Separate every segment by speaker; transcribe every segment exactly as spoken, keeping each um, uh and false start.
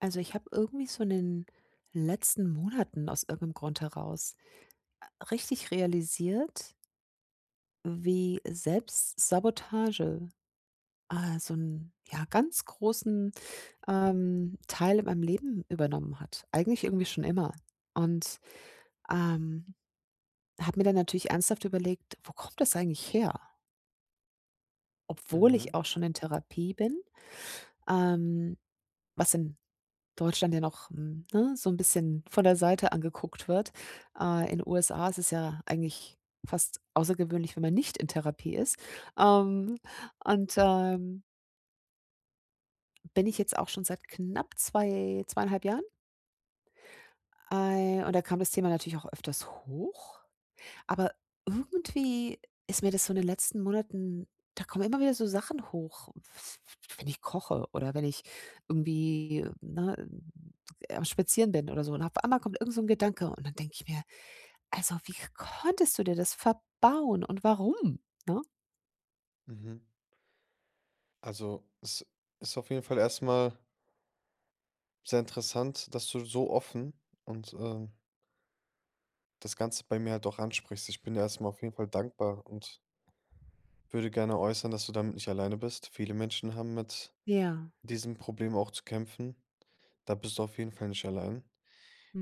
Speaker 1: Also, ich habe irgendwie so in den letzten Monaten aus irgendeinem Grund heraus richtig realisiert, wie Selbstsabotage, äh, so einen ja, ganz großen, ähm, Teil in meinem Leben übernommen hat. Eigentlich irgendwie schon immer. Und, ähm, habe mir dann natürlich ernsthaft überlegt: „Wo kommt das eigentlich her?" Obwohl
Speaker 2: Mhm,
Speaker 1: ich auch schon in Therapie bin, ähm, was in Deutschland ja noch, hm, ne, so ein bisschen von der Seite angeguckt wird. Äh, in U S A ist es ja eigentlich fast außergewöhnlich, wenn man nicht in Therapie ist. Ähm, und, ähm, bin ich jetzt auch schon seit knapp zwei zweieinhalb Jahren. Äh, und da kam das Thema natürlich auch öfters hoch. Aber irgendwie ist mir das so in den letzten Monaten, da kommen immer wieder so Sachen hoch, wenn ich koche oder wenn ich irgendwie, ne, am Spazieren bin oder so, und auf einmal kommt irgend so 'n Gedanke und dann denke ich mir: „Also, wie konntest du dir das verbauen und warum?", ne?
Speaker 2: mhm. Also, es ist auf jeden Fall erstmal sehr interessant, dass du so offen und, ähm, das Ganze bei mir halt auch ansprichst. Ich bin dir erst auf jeden Fall dankbar und würde gerne äußern, dass du damit nicht alleine bist. Viele Menschen haben mit
Speaker 1: Ja,
Speaker 2: diesem Problem auch zu kämpfen. Da bist du auf jeden Fall nicht allein.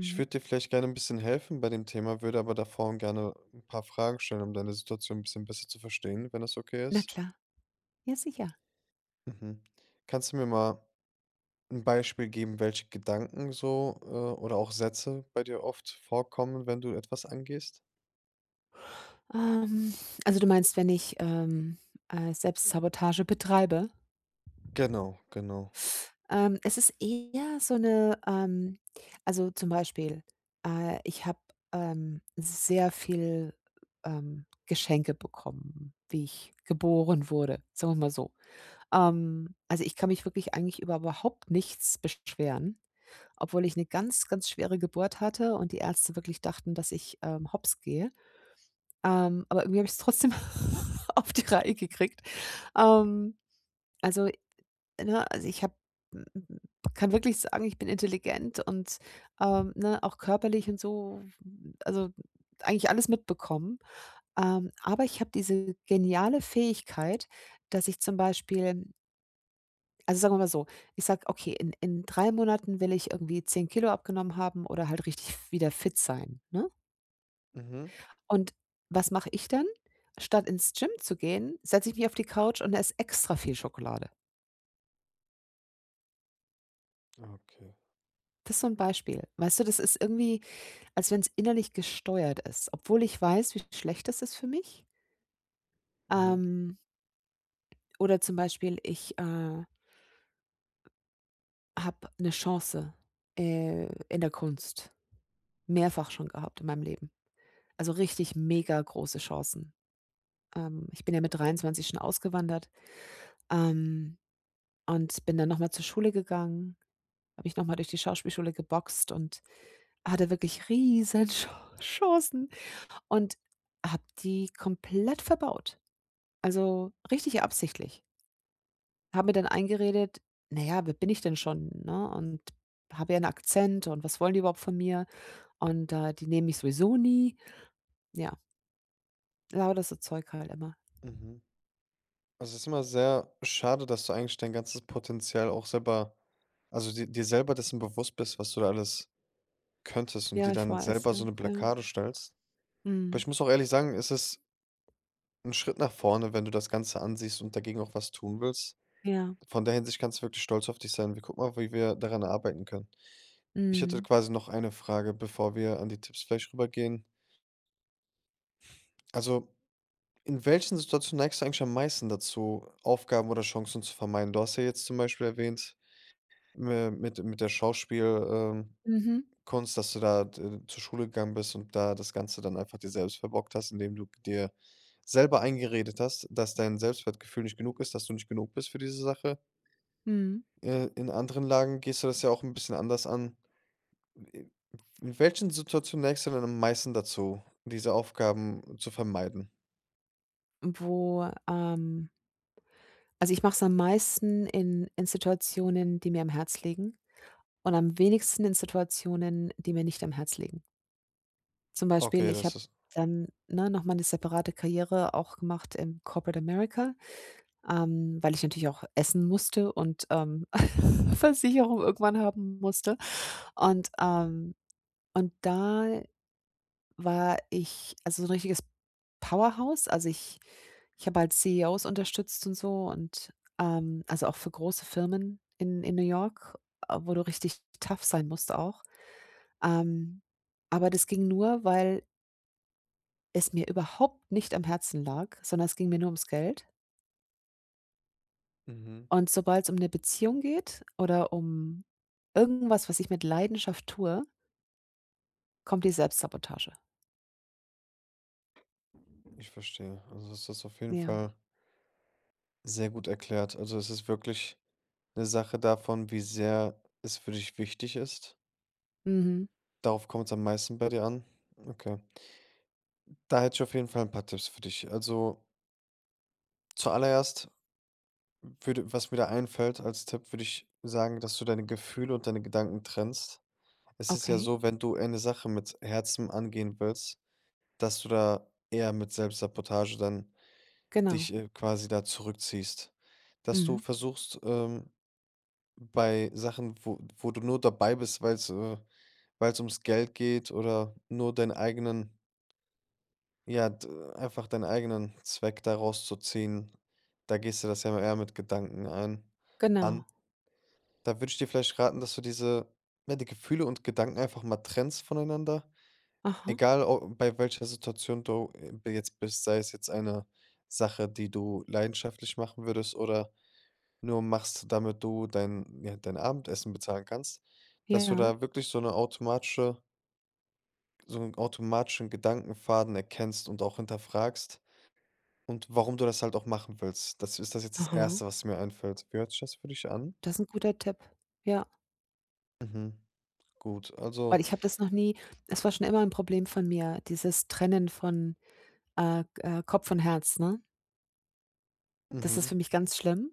Speaker 2: Ich würde dir vielleicht gerne ein bisschen helfen bei dem Thema, würde aber davor gerne ein paar Fragen stellen, um deine Situation ein bisschen besser zu verstehen, wenn das okay
Speaker 1: Na
Speaker 2: ist.
Speaker 1: klar, ja sicher.
Speaker 2: Mhm. Kannst du mir mal ein Beispiel geben, welche Gedanken so, äh, oder auch Sätze bei dir oft vorkommen, wenn du etwas angehst?
Speaker 1: Ähm, also, du meinst, wenn ich, ähm, äh, Selbstsabotage betreibe?
Speaker 2: Genau, genau.
Speaker 1: Ähm, es ist eher so eine, ähm also, zum Beispiel, äh, ich habe, ähm, sehr viel, ähm, Geschenke bekommen, wie ich geboren wurde, sagen wir mal so. Ähm, also, ich kann mich wirklich eigentlich über überhaupt nichts beschweren, obwohl ich eine ganz, ganz schwere Geburt hatte und die Ärzte wirklich dachten, dass ich, ähm, Hops gehe. Ähm, aber irgendwie habe ich es trotzdem auf die Reihe gekriegt. Ähm, also Ne, also ich habe kann wirklich sagen, ich bin intelligent und, ähm, ne, auch körperlich und so, also eigentlich alles mitbekommen. Ähm, aber ich habe diese geniale Fähigkeit, dass ich zum Beispiel, also sagen wir mal so, ich sage: „Okay, in in drei Monaten will ich irgendwie zehn Kilo abgenommen haben oder halt richtig wieder fit sein", ne?
Speaker 2: Mhm.
Speaker 1: Und was mache ich dann? Statt ins Gym zu gehen, setze ich mich auf die Couch und esse extra viel Schokolade.
Speaker 2: Ah, okay.
Speaker 1: Das ist so ein Beispiel. Weißt du, das ist irgendwie, als wenn es innerlich gesteuert ist, obwohl ich weiß, wie schlecht das ist für mich.
Speaker 2: Mhm,
Speaker 1: Ähm, oder zum Beispiel, ich, äh, habe eine Chance, äh, in der Kunst mehrfach schon gehabt in meinem Leben. Also, richtig mega große Chancen. Ähm, ich bin ja mit dreiundzwanzig schon ausgewandert, ähm, und bin dann nochmal zur Schule gegangen, habe ich nochmal durch die Schauspielschule geboxt und hatte wirklich riesen Cha Chancen und habe die komplett verbaut. Also, richtig absichtlich. Habe mir dann eingeredet: „Na ja, wer bin ich denn schon, ne, und habe ja einen Akzent und was wollen die überhaupt von mir und, äh, die nehmen mich sowieso nie." Ja, lauter so Zeug halt immer.
Speaker 2: mhm. Also, es ist immer sehr schade, dass du eigentlich dein ganzes Potenzial auch selber, also, dir dir selber dessen bewusst bist, was du da alles könntest und
Speaker 1: Ja,
Speaker 2: dir
Speaker 1: ich
Speaker 2: dann
Speaker 1: weiß,
Speaker 2: selber
Speaker 1: ja,
Speaker 2: so eine
Speaker 1: ja.
Speaker 2: Blockade stellst. Aber
Speaker 1: Mhm.
Speaker 2: ich muss auch ehrlich sagen, es ist ein Schritt nach vorne, wenn du das Ganze ansiehst und dagegen auch was tun willst.
Speaker 1: Ja.
Speaker 2: Von der Hinsicht kannst du wirklich stolz auf dich sein. Wir gucken mal, wie wir daran arbeiten können. Ich hätte
Speaker 1: Mhm.
Speaker 2: quasi noch eine Frage, bevor wir an die Tipps vielleicht rübergehen. Also, in welchen Situationen neigst du eigentlich am meisten dazu, Aufgaben oder Chancen zu vermeiden? Du hast ja jetzt zum Beispiel erwähnt, mi- mit, mit der Schauspielkunst, ähm,
Speaker 1: Mhm.
Speaker 2: Kunst, dass du da d- zur Schule gegangen bist und da das Ganze dann einfach dir selbst verbockt hast, indem du dir selber eingeredet hast, dass dein Selbstwertgefühl nicht genug ist, dass du nicht genug bist für diese Sache.
Speaker 1: Mhm.
Speaker 2: Äh, in anderen Lagen gehst du das ja auch ein bisschen anders an. Äh, in welchen Situationen neigst du denn am meisten dazu, diese Aufgaben zu vermeiden?
Speaker 1: Wo, ähm also, ich mache es am meisten in in Situationen, die mir am Herz liegen, und am wenigsten in Situationen, die mir nicht am Herz liegen. Zum Beispiel,
Speaker 2: Okay,
Speaker 1: ich
Speaker 2: das
Speaker 1: habe
Speaker 2: ist
Speaker 1: dann, ne, noch mal 'ne separate Karriere auch gemacht im Corporate America, ähm, weil ich natürlich auch essen musste und, ähm, Versicherung irgendwann haben musste. Und, ähm und da war ich also, so 'n richtiges Powerhouse. Also, ich ich habe halt C E Os unterstützt und so, und, ähm also, auch für große Firmen in in New York, äh, wo du richtig tough sein musst auch. Ähm, aber das ging nur, weil es mir überhaupt nicht am Herzen lag, sondern es ging mir nur ums Geld.
Speaker 2: mhm,
Speaker 1: Und sobald es um eine Beziehung geht oder um irgendwas, was ich mit Leidenschaft tue, kommt die Selbstsabotage.
Speaker 2: ich verstehe. Also, ist das auf jeden
Speaker 1: Ja.
Speaker 2: Fall sehr gut erklärt. Also, es ist wirklich eine Sache davon, wie sehr es für dich wichtig ist.
Speaker 1: Mhm.
Speaker 2: Darauf kommt es am meisten bei dir an? Okay. Da hätte ich auf jeden Fall ein paar Tipps für dich. Also, zuallererst würde, was mir da einfällt als Tipp, würde ich sagen, dass du deine Gefühle und deine Gedanken trennst. Es ist ja
Speaker 1: Okay.
Speaker 2: so, wenn du eine Sache mit Herzen angehen willst, dass du da eher mit Selbstsabotage dann
Speaker 1: Genau.
Speaker 2: dich, äh, quasi da zurückziehst. Dass du
Speaker 1: Mhm.
Speaker 2: versuchst, ähm, bei Sachen, wo wo du nur dabei bist, weil es äh weil es ums Geld geht oder nur deinen eigenen, ja, d einfach deinen eigenen Zweck daraus zu ziehen. Da gehst du das ja eher mit Gedanken ein an.
Speaker 1: Genau.
Speaker 2: Da würde ich dir vielleicht raten, dass du diese, ja, die Gefühle und Gedanken einfach mal trennst voneinander.
Speaker 1: Aha.
Speaker 2: Egal, o bei welcher Situation du, äh, jetzt bist, sei es jetzt eine Sache, die du leidenschaftlich machen würdest oder nur machst, damit du dein, ja, dein Abendessen bezahlen kannst, dass du
Speaker 1: Ja.
Speaker 2: da wirklich so 'ne automatische, so 'n automatischen Gedankenfaden erkennst und auch hinterfragst und warum du das halt auch machen willst. Das ist das jetzt das
Speaker 1: Aha.
Speaker 2: Erste, was mir einfällt. Wie hört sich das für dich an?
Speaker 1: Das ist ein guter Tipp. Ja.
Speaker 2: Mhm, gut,
Speaker 1: Weil
Speaker 2: also
Speaker 1: ich habe das noch nie, es war schon immer ein Problem von mir, dieses Trennen von, äh, äh, Kopf und Herz, ne? Das ist
Speaker 2: mhm,
Speaker 1: für mich ganz schlimm,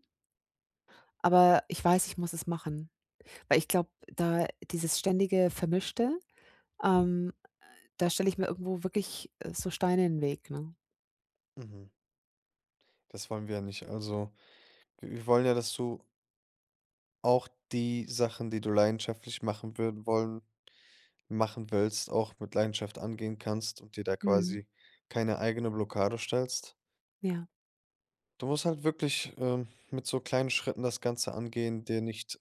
Speaker 1: aber ich weiß, ich muss es machen. Weil ich glaube, da dieses ständige Vermischte, ähm da stelle ich mir irgendwo wirklich, äh, so Steine in den Weg, ne?
Speaker 2: mhm. Das wollen wir ja nicht. Also, wir wir wollen ja, dass du auch die Sachen, die du leidenschaftlich machen würd wollen machen willst, auch mit Leidenschaft angehen kannst und dir da
Speaker 1: Mhm.
Speaker 2: quasi keine eigene Blockade stellst.
Speaker 1: Ja.
Speaker 2: Du musst halt wirklich, ähm, mit so kleinen Schritten das Ganze angehen, dir nicht,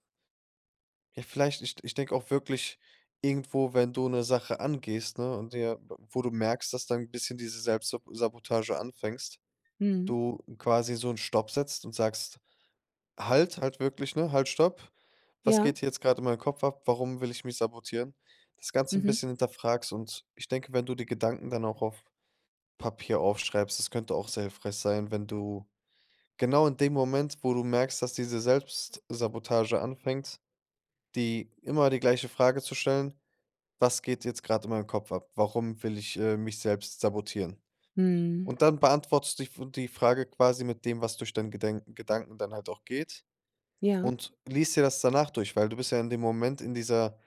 Speaker 2: ja, vielleicht ich ich denke auch wirklich irgendwo, wenn du eine Sache angehst, ne, und dir, wo du merkst, dass dann ein bisschen diese Selbstsabotage anfängst,
Speaker 1: Mhm.
Speaker 2: du quasi so einen Stopp setzt und sagst: Halt, halt wirklich, ne? Halt, stopp. Was
Speaker 1: Ja.
Speaker 2: geht hier jetzt gerade in meinem Kopf ab? Warum will ich mich sabotieren? Das Ganze ein
Speaker 1: Mhm.
Speaker 2: bisschen hinterfragst, und ich denke, wenn du die Gedanken dann auch auf Papier aufschreibst, das könnte auch sehr hilfreich sein, wenn du genau in dem Moment, wo du merkst, dass diese Selbstsabotage anfängt, die immer die gleiche Frage zu stellen: „Was geht jetzt gerade in meinem Kopf ab? Warum will ich, äh, mich selbst sabotieren?“
Speaker 1: Mhm.
Speaker 2: Und dann beantwortest du die die Frage quasi mit dem, was durch deinen Gedenk Gedanken dann halt auch geht,
Speaker 1: Ja.
Speaker 2: und liest dir das danach durch, weil du bist ja in dem Moment in dieser,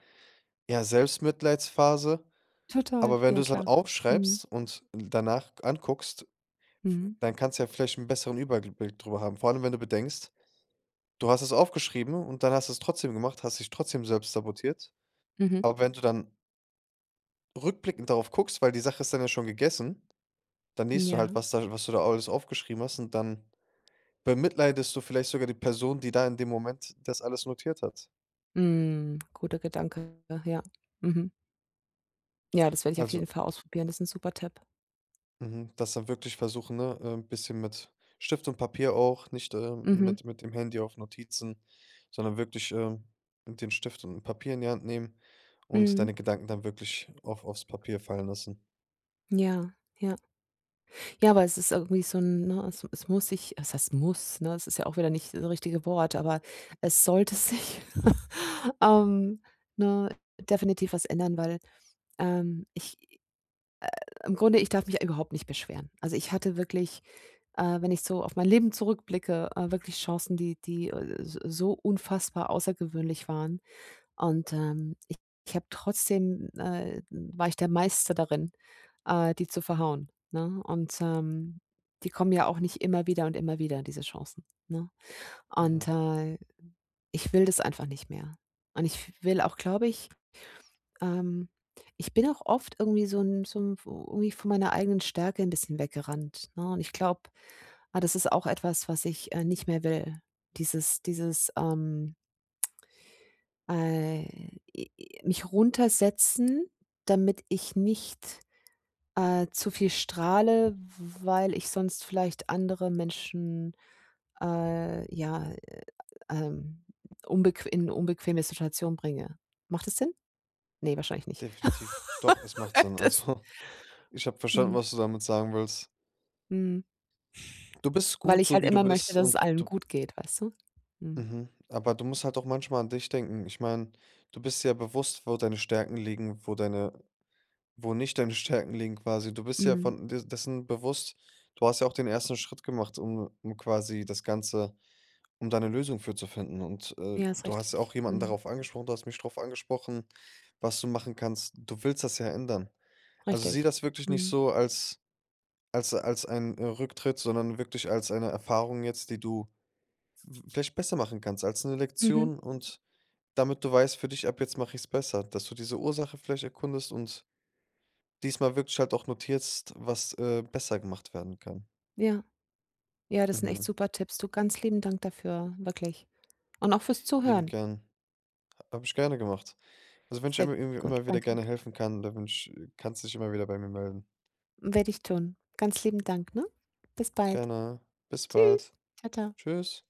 Speaker 2: ja, Selbstmitleidsphase.
Speaker 1: Total,
Speaker 2: Aber wenn du
Speaker 1: ja
Speaker 2: es dann
Speaker 1: klar. Mhm.
Speaker 2: aufschreibst und danach anguckst,
Speaker 1: Mhm.
Speaker 2: dann kannst du ja vielleicht 'n besseren Überblick drüber haben. Vor allem, wenn du bedenkst, du hast es aufgeschrieben und dann hast du es trotzdem gemacht, hast dich trotzdem selbst sabotiert.
Speaker 1: Mhm.
Speaker 2: Aber wenn du dann rückblickend darauf guckst, weil die Sache ist dann ja schon gegessen, dann liest du
Speaker 1: Ja.
Speaker 2: halt, was da, was du da alles aufgeschrieben hast und dann bemitleidest du vielleicht sogar die Person, die da in dem Moment das alles notiert hat.
Speaker 1: Hm, guter Gedanke, ja. Mhm. Ja, das werde ich auf
Speaker 2: Also
Speaker 1: jeden Fall ausprobieren. Das ist ein super Tipp.
Speaker 2: mhm, das dann wirklich versuchen, ne, äh, 'n bisschen mit Stift und Papier auch, nicht, ähm,
Speaker 1: Mhm.
Speaker 2: mit mit dem Handy auf Notizen, sondern wirklich, ähm, den Stift und Papier in die Hand nehmen und
Speaker 1: Mhm.
Speaker 2: deine Gedanken dann wirklich auf aufs Papier fallen lassen.
Speaker 1: Ja, ja. Ja, aber es ist irgendwie so 'n, ne, es es muss sich, es heißt muss, ne? Es ist ja auch wieder nicht das richtige Wort, aber es sollte sich, ähm, ne, definitiv was ändern, weil Ähm, ich im Grunde, ich darf mich überhaupt nicht beschweren. Also, ich hatte wirklich, äh, wenn ich so auf mein Leben zurückblicke, äh, wirklich Chancen, die die, äh, s so unfassbar außergewöhnlich waren. Und, ähm, ich ich habe trotzdem äh, war ich der Meister darin, äh, die zu verhauen, ne? Und, ähm, die kommen ja auch nicht immer wieder und immer wieder, diese Chancen, ne? Und,
Speaker 2: Mhm,
Speaker 1: äh, ich will das einfach nicht mehr. Und ich will auch, glaube ich. Ähm, Ich bin auch oft irgendwie so 'n so 'n irgendwie von meiner eigenen Stärke ein bisschen weggerannt, ne? Und ich glaube, ah, das ist auch etwas, was ich, äh, nicht mehr will. Dieses dieses, ähm, äh, i i mich runtersetzen, damit ich nicht, äh, zu viel strahle, weil ich sonst vielleicht andere Menschen, äh, ja, äh, ähm, unbequ in unbequeme Situationen bringe. Macht es Sinn? Ne, wahrscheinlich nicht.
Speaker 2: definitiv. Doch, es macht Sinn.
Speaker 1: Das
Speaker 2: Also, ich habe verstanden,
Speaker 1: Mhm,
Speaker 2: was du damit sagen willst.
Speaker 1: mhm.
Speaker 2: Du bist
Speaker 1: Weil
Speaker 2: gut,
Speaker 1: ich
Speaker 2: so
Speaker 1: halt
Speaker 2: wie du
Speaker 1: immer möchte,
Speaker 2: bist
Speaker 1: dass es
Speaker 2: und
Speaker 1: allen
Speaker 2: du
Speaker 1: gut geht, weißt du? Mhm.
Speaker 2: mhm, aber du musst halt auch manchmal an dich denken. Ich meine, du bist dir ja bewusst, wo deine Stärken liegen, wo deine, wo nicht deine Stärken liegen quasi. Du bist ja
Speaker 1: Mhm.
Speaker 2: von de dessen bewusst, du hast ja auch den ersten Schritt gemacht, um um quasi das Ganze um deine Lösung für zu finden. Und, äh,
Speaker 1: Ja, ist
Speaker 2: du hast
Speaker 1: richtig.
Speaker 2: auch jemanden
Speaker 1: Mhm.
Speaker 2: darauf angesprochen, du hast mich darauf angesprochen, was du machen kannst. Du willst das ja ändern. Also, sieh
Speaker 1: Richtig.
Speaker 2: das wirklich nicht
Speaker 1: Mhm.
Speaker 2: so als als als ein äh, Rücktritt, sondern wirklich als eine Erfahrung jetzt, die du v vielleicht besser machen kannst, als eine
Speaker 1: Mhm.
Speaker 2: Lektion, und damit du weißt für dich, ab jetzt mache ich es besser, dass du diese Ursache vielleicht erkundest und diesmal wirklich halt auch notierst, was, äh, besser gemacht werden kann.
Speaker 1: Ja. Ja, das sind echt
Speaker 2: Mhm.
Speaker 1: super Tipps. Du, ganz lieben Dank dafür, wirklich. Und auch fürs
Speaker 2: Liebend
Speaker 1: Zuhören.
Speaker 2: gern. Habe ich gerne gemacht. Also, wenn ich
Speaker 1: Sehr
Speaker 2: immer irgendwie
Speaker 1: gut,
Speaker 2: immer wieder
Speaker 1: danke.
Speaker 2: gerne helfen kann, dann bin ich kannst du dich immer wieder bei mir melden.
Speaker 1: Werde ich tun. Ganz lieben Dank, ne? Bis bald.
Speaker 2: Gerne. Bis
Speaker 1: Tschüss.
Speaker 2: bald.
Speaker 1: Ciao. Tschau.
Speaker 2: Tschüss.